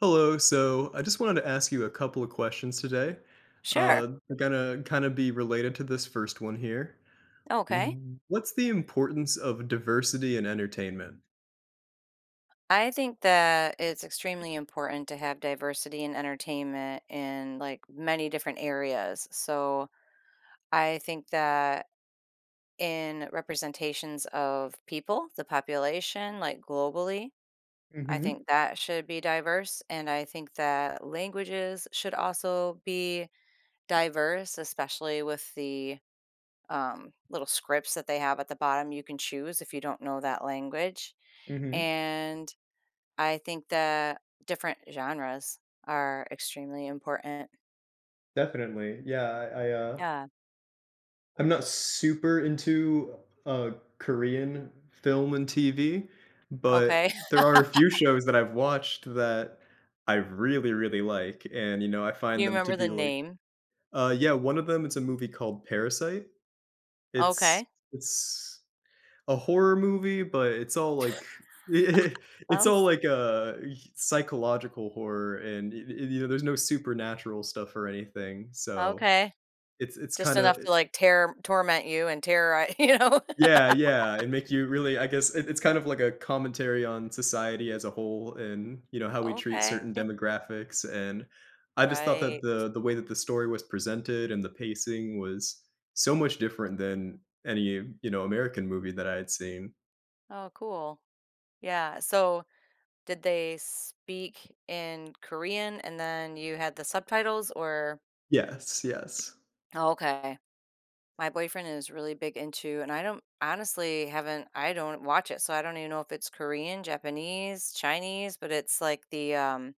Hello. So I just wanted to ask you a couple of questions today. Sure. They're gonna kind of be related to this first one here. Okay. What's the importance of diversity in entertainment? I think that it's extremely important to have diversity in entertainment in like many different areas. So I think that in representations of people, the population, like globally, I Mm-hmm. think that should be diverse. And I think that languages should also be diverse, especially with the little scripts that they have at the bottom you can choose if you don't know that language. Mm-hmm. And I think that different genres are extremely important. Definitely. Yeah, I Yeah, I'm not super into uh Korean film and TV, but okay. there are a few shows that I've watched that I really, really like. And I You find them to remember the be like name? uh Yeah, one of them, it's a movie called Parasite. It's Okay. it's a horror movie, but it's all, like, it's all, Sounds like, a psychological horror, and, there's no supernatural stuff or anything, so okay. it's Just enough kinda. to, like, tear torment you and terrorize. You know? Yeah, yeah, and make you really, I guess it's kind of like a commentary on society as a whole and, you know, how we treat certain Okay. demographics. And I just thought that Right. the way that the story was presented and the pacing was so much different than any, you know, American movie that I had seen. Oh, cool. Yeah, so did they speak in Korean and then you had the subtitles or Yes, yes. okay. My boyfriend is really big into and I don't honestly haven't I don't watch it, so I don't even know if it's Korean, Japanese, Chinese, but it's like the,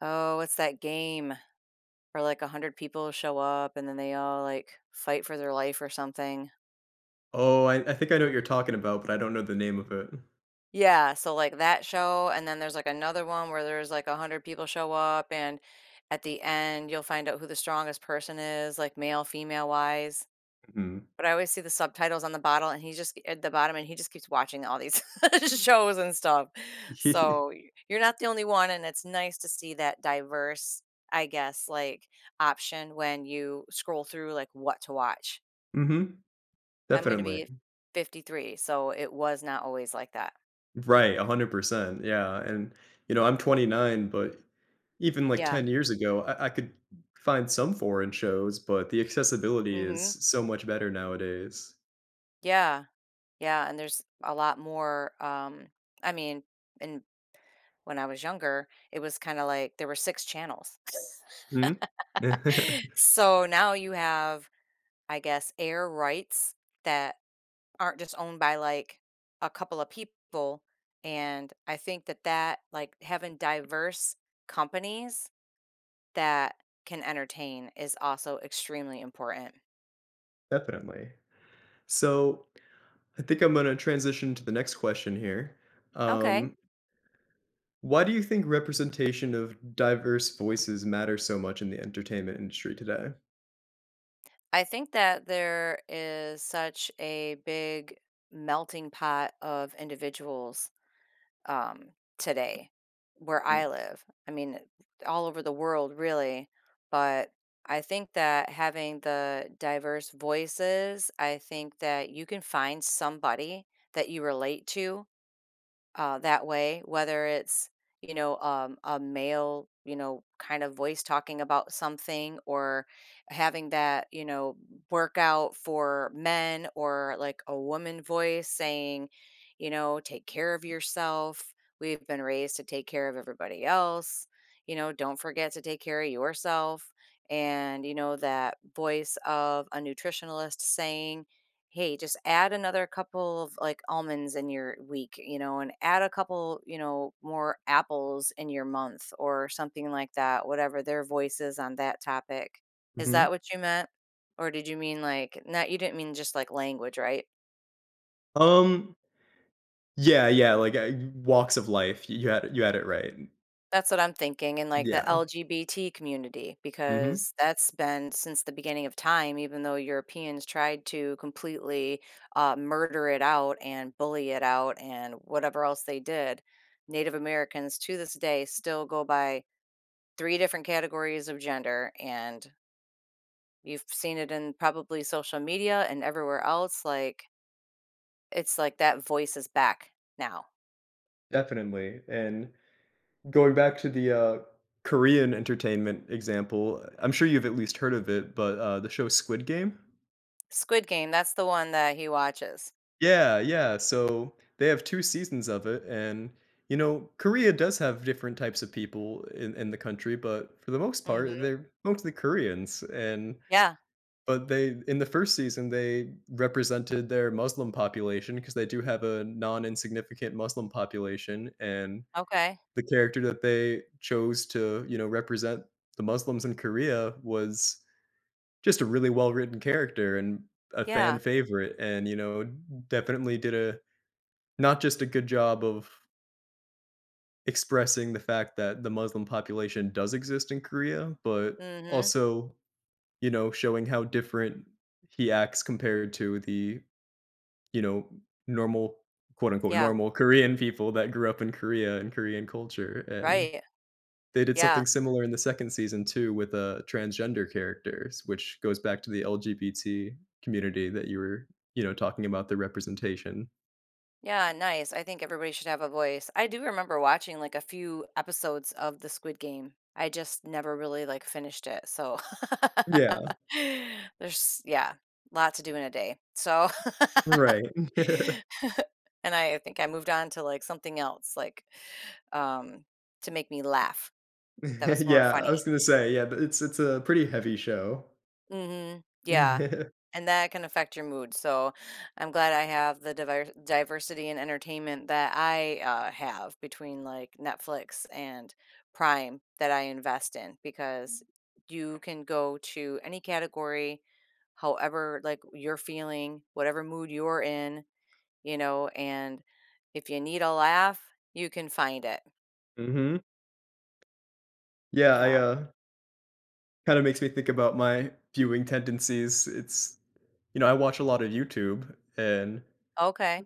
oh, what's that game where like 100 people show up and then they all like fight for their life or something? Oh, I think I know what you're talking about, but I don't know the name of it. Yeah, so like that show, and then there's like another one where there's like 100 people show up, and at the end, you'll find out who the strongest person is, like male, female wise. Mhm. But I always see the subtitles on the bottle, and he just at the bottom, and he just keeps watching all these shows and stuff. So, y you're not the only one, and it's nice to see that diverse, I guess, like, option when you scroll through, like, what to watch. Mhm. I'm gonna Definitely. be 53, so it was not always like that. Right, 100%, yeah, and, you know, I'm 29, but even, like, Yeah. 10 years ago, I could find some foreign shows, but the accessibility is Mhm. so much better nowadays. Yeah. Yeah, and there's a lot more, I mean, and when I was younger, it was kinda like there were 6 channels. Mhm. So now you have I guess, air rights that aren't just owned by like a couple of people. And I think that that, having diverse companies that can entertain is also extremely important. Definitely. So, I think I'm gonna transition to the next question here. Okay. Um Why do you think representation of diverse voices matters so much in the entertainment industry today? I think that there is such a big melting pot of individuals um, today where I Mm, live. I mean, all over the world, really. But I think that having the diverse voices, I think that you can find somebody that you relate to that way, whether it's, you know, a male, you know, kind of voice talking about something or having that, you know, workout for men or like a woman voice saying, you know, take care of yourself. We've been raised to take care of everybody else. You know, don't forget to take care of yourself. And, you know, that voice of a nutritionalist saying, hey, just add another couple of like almonds in your week, you know, and add a couple, you know, more apples in your month or something like that, whatever their voices on that topic. Is mhm. that what you meant? Or did you mean like, not, you didn't mean just like language, right? Um, yeah, yeah, like, walks of life, y you had it right. That's what I'm thinking in, like, the Yeah, LGBT community, mhm, because that's been since the beginning of time, even though Europeans tried to completely, murder it out and bully it out and whatever else they did. Native Americans to this day still go by 3 different categories of gender, and you've seen it in probably social media and everywhere else, like, it's like that voice is back now. definitely. And going back to the, Korean entertainment example, I'm sure you've at least heard of it, but, the show Squid Game? Squid Game, that's the one that he watches. Yeah, yeah, so they have 2 seasons of it, and, you know, Korea does have different types of people in the country, but for the most part, Mhm. they're mostly Koreans. And Yeah, but they, in the 1st season, they represented their Muslim population, because they do have a non-insignificant Muslim population. And okay. the character that they chose to, you know, represent the Muslims in Korea was just a really well-written character and a fan Yeah. favorite. And, you know, definitely did a, not just a good job of expressing the fact that the Muslim population does exist in Korea, but Mhm. also, you know, showing how different he acts compared to the, you know, normal, quote unquote Yeah, normal Korean people that grew up in Korea and Korean culture. And right. they did Yeah. something similar in the second season too, with transgender characters, which goes back to the LGBT community that you were, you know, talking about the representation. Yeah, nice. I think everybody should have a voice. I do remember watching, like, a few episodes of the Squid Game. I just never really, like, finished it, so Yeah. there's yeah, lot to do in a day. So Right. and I think I moved on to, like, something else, like, um, to make me laugh. That was more Yeah, I funny. was gonna say, yeah, th it's a pretty heavy show. Mhm. Yeah, and that can affect your mood, so I'm glad I have the diversity in entertainment that I, have between, like, Netflix and Prime that I invest in because you can go to any category, however, like, you're feeling, whatever mood you're in, you know, and if you need a laugh, you can find it. Mhm. Yeah, I, Yeah. Kinda makes me think about my viewing tendencies. It's, you know, I watch a lot of YouTube, and Okay.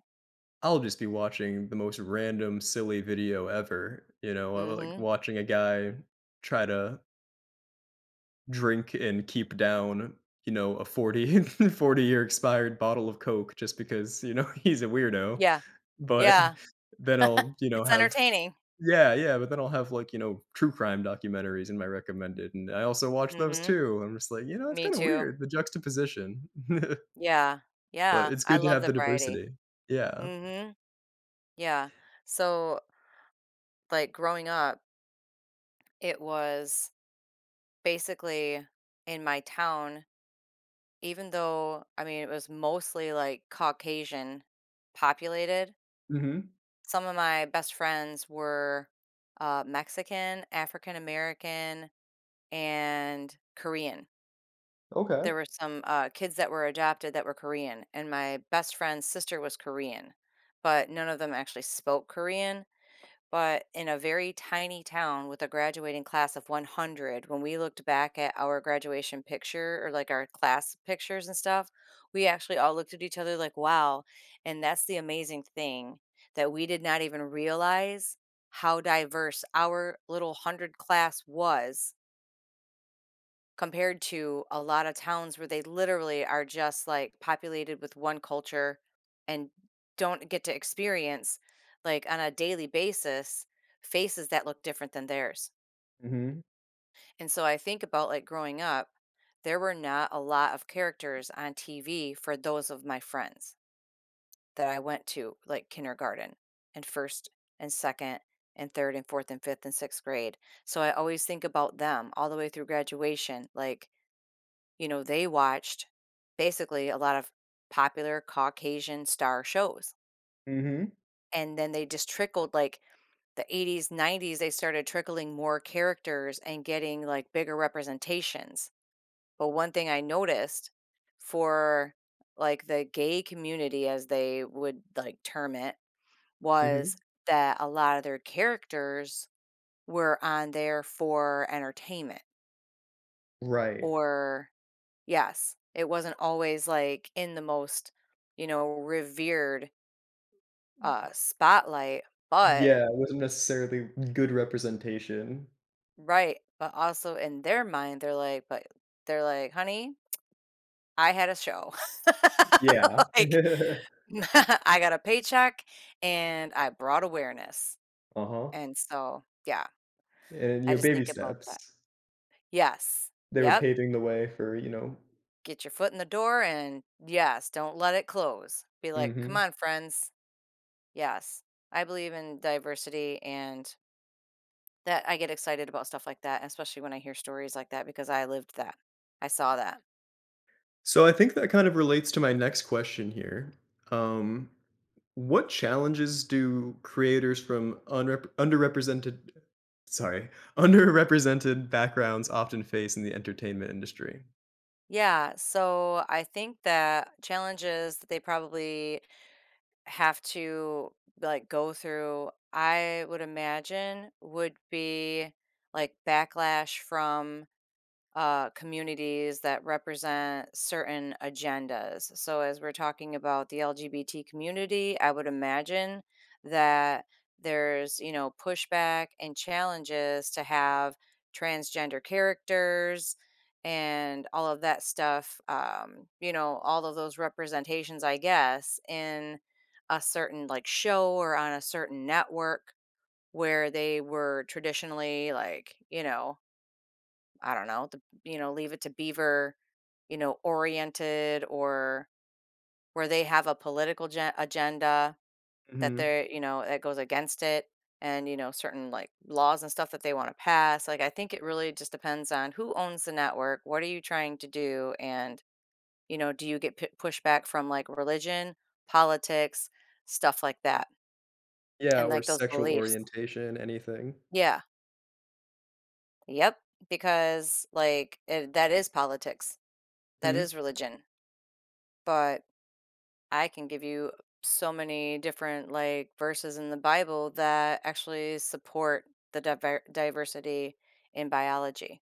I'll just be watching the most random silly video ever, you know, like, Mhm. watching a guy try to drink and keep down, you know, a 40 40 year expired bottle of Coke just because, you know, he's a weirdo, Yeah, but yeah. then I'll, you know, It's have entertaining. Yeah, yeah, but then I'll have, like, you know, true crime documentaries in my recommended, and I also watch those Mhm. too. I'm just like, you know, it's Me kinda too. weird, the juxtaposition. Yeah, But yeah, it's I good to love have the the variety. diversity. Yeah. Mhm, yeah. So, like, growing up, it was basically in my town, even though, I mean, it was mostly, like, Caucasian populated, Mhm. some of my best friends were, Mexican, African American, and Korean. Okay. There were some, kids that were adopted that were Korean, and my best friend's sister was Korean, but none of them actually spoke Korean. But in a very tiny town with a graduating class of 100, when we looked back at our graduation picture or like our class pictures and stuff, we actually all looked at each other like, wow. And that's the amazing thing that we did not even realize how diverse our little 100 class was compared to a lot of towns where they literally are just like populated with one culture and don't get to experience like on a daily basis faces that look different than theirs. Mhm. And so I think about like growing up, there were not a lot of characters on TV for those of my friends that I went to like kindergarten and first and second and third and fourth and fifth and sixth grade. So I always think about them all the way through graduation. Like you know, they watched basically a lot of popular Caucasian star shows. Mhm. And then they just trickled like the 80s, 90s, they started trickling more characters and getting like bigger representations. But one thing I noticed for like the gay community, as they would like term it, was Mhm. that a lot of their characters were on there for entertainment Right. or yes. It wasn't always, like, in the most, you know, revered, spotlight, but Yeah, it wasn't necessarily good representation. right, but also in their mind, they're like but they're like, "Honey, I had a show." Yeah. Like, "I got a paycheck, and I brought awareness." Uh-huh. And so, yeah, And, I you know, just baby think about steps. that. Yes. They were Yep. paving the way for, you know. Get your foot in the door and yes, don't let it close. Be like, "Come Mhm. on, friends." Yes. I believe in diversity and that I get excited about stuff like that, especially when I hear stories like that because I lived that. I saw that. So I think that kind of relates to my next question here. Um What challenges do creators from underrepresented, sorry, underrepresented backgrounds often face in the entertainment industry? Yeah, so I think that challenges that they probably have to like go through, I would imagine would be like backlash from communities that represent certain agendas. So, as we're talking about the LGBT community, I would imagine that there's, you know, pushback and challenges to have transgender characters and all of that stuff, you know, all of those representations, I guess, in a certain like show or on a certain network where they were traditionally like, you know, I don't know, the, you know, Leave It to Beaver, you know, oriented or where they have a agenda that Hmm. they're, you know, that goes against it and, you know, certain like laws and stuff that they want to pass. Like, I think it really just depends on who owns the network. What are you trying to do? And, you know, do you get pushback from like religion, politics, stuff like that? Yeah, And or like those sexual beliefs. orientation, anything. Yeah. Yep. Because like it, that is politics, that Hmm. is religion. But I can give you so many different like verses in the Bible that actually support the diversity in biology.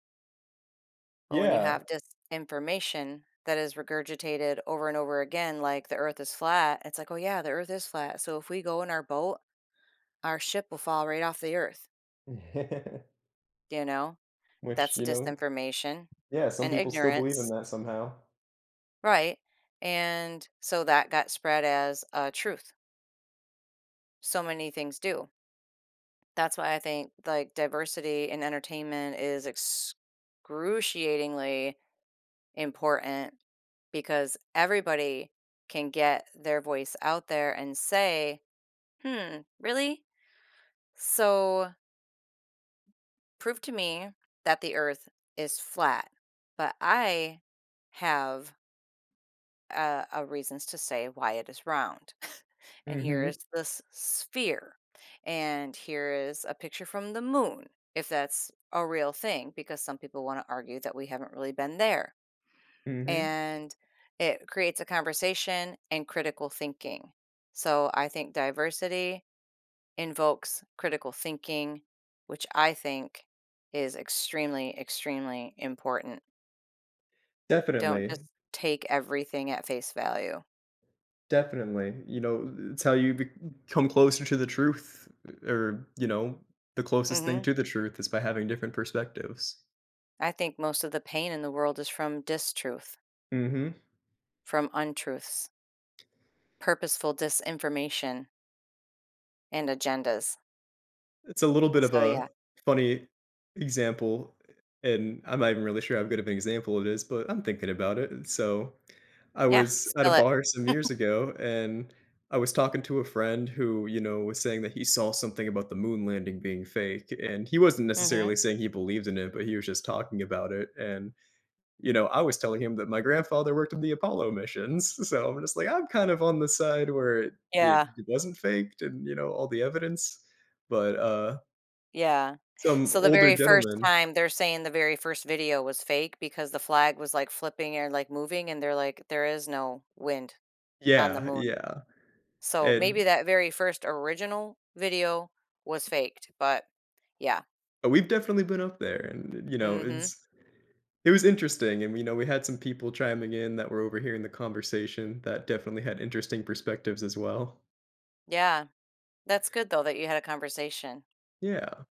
But when you Yeah. have this information that is regurgitated over and over again, like the earth is flat, it's like, oh yeah, the earth is flat. So if we go in our boat, our ship will fall right off the earth. You know, Which, that's you know, disinformation yeah, some and people still believe in ignorance. that somehow. Right. And so that got spread as a truth. So many things do. That's why I think, like, diversity in entertainment is excruciatingly important because everybody can get their voice out there and say, "Hmm, really? So prove to me that the earth is flat." But I have reasons to say why it is round. And here Hmm. is this sphere. And here is a picture from the moon, if that's a real thing, because some people want to argue that we haven't really been there. Hmm. And it creates a conversation and critical thinking. So I think diversity invokes critical thinking, which I think is extremely, extremely important. Don't Definitely. just take everything at face value. Definitely. You know, it's how you come closer to the truth, or, you know, the closest thing Hmm. to the truth is by having different perspectives. I think most of the pain in the world is from distruth, from untruths, purposeful disinformation, and agendas. It's a little bit of So, a yeah. funny example, and I'm not even really sure how good of an example it is, but I'm thinking about it. So, I Yeah, was at a spill it. bar some years ago, and I was talking to a friend who, you know, was saying that he saw something about the moon landing being fake, and he wasn't Mhm. necessarily saying he believed in it, but he was just talking about it, and, you know, I was telling him that my grandfather worked on the Apollo missions, so I'm just like, I'm kind of on the side where it Yeah, it wasn't faked and, you know, all the evidence, but, yeah. some So, the older very first gentleman. time they're saying the very first video was fake because the flag was, like, flipping and, like, moving, and they're like, "There is no wind on the Yeah, moon." yeah, So, maybe and that very first original video was faked, but yeah. but we've definitely been up there, and, you know, Mhm. It was interesting, and, you know, we had some people chiming in that were overhearing the conversation that definitely had interesting perspectives as well. Yeah. That's good, though, that you had a conversation. Yeah.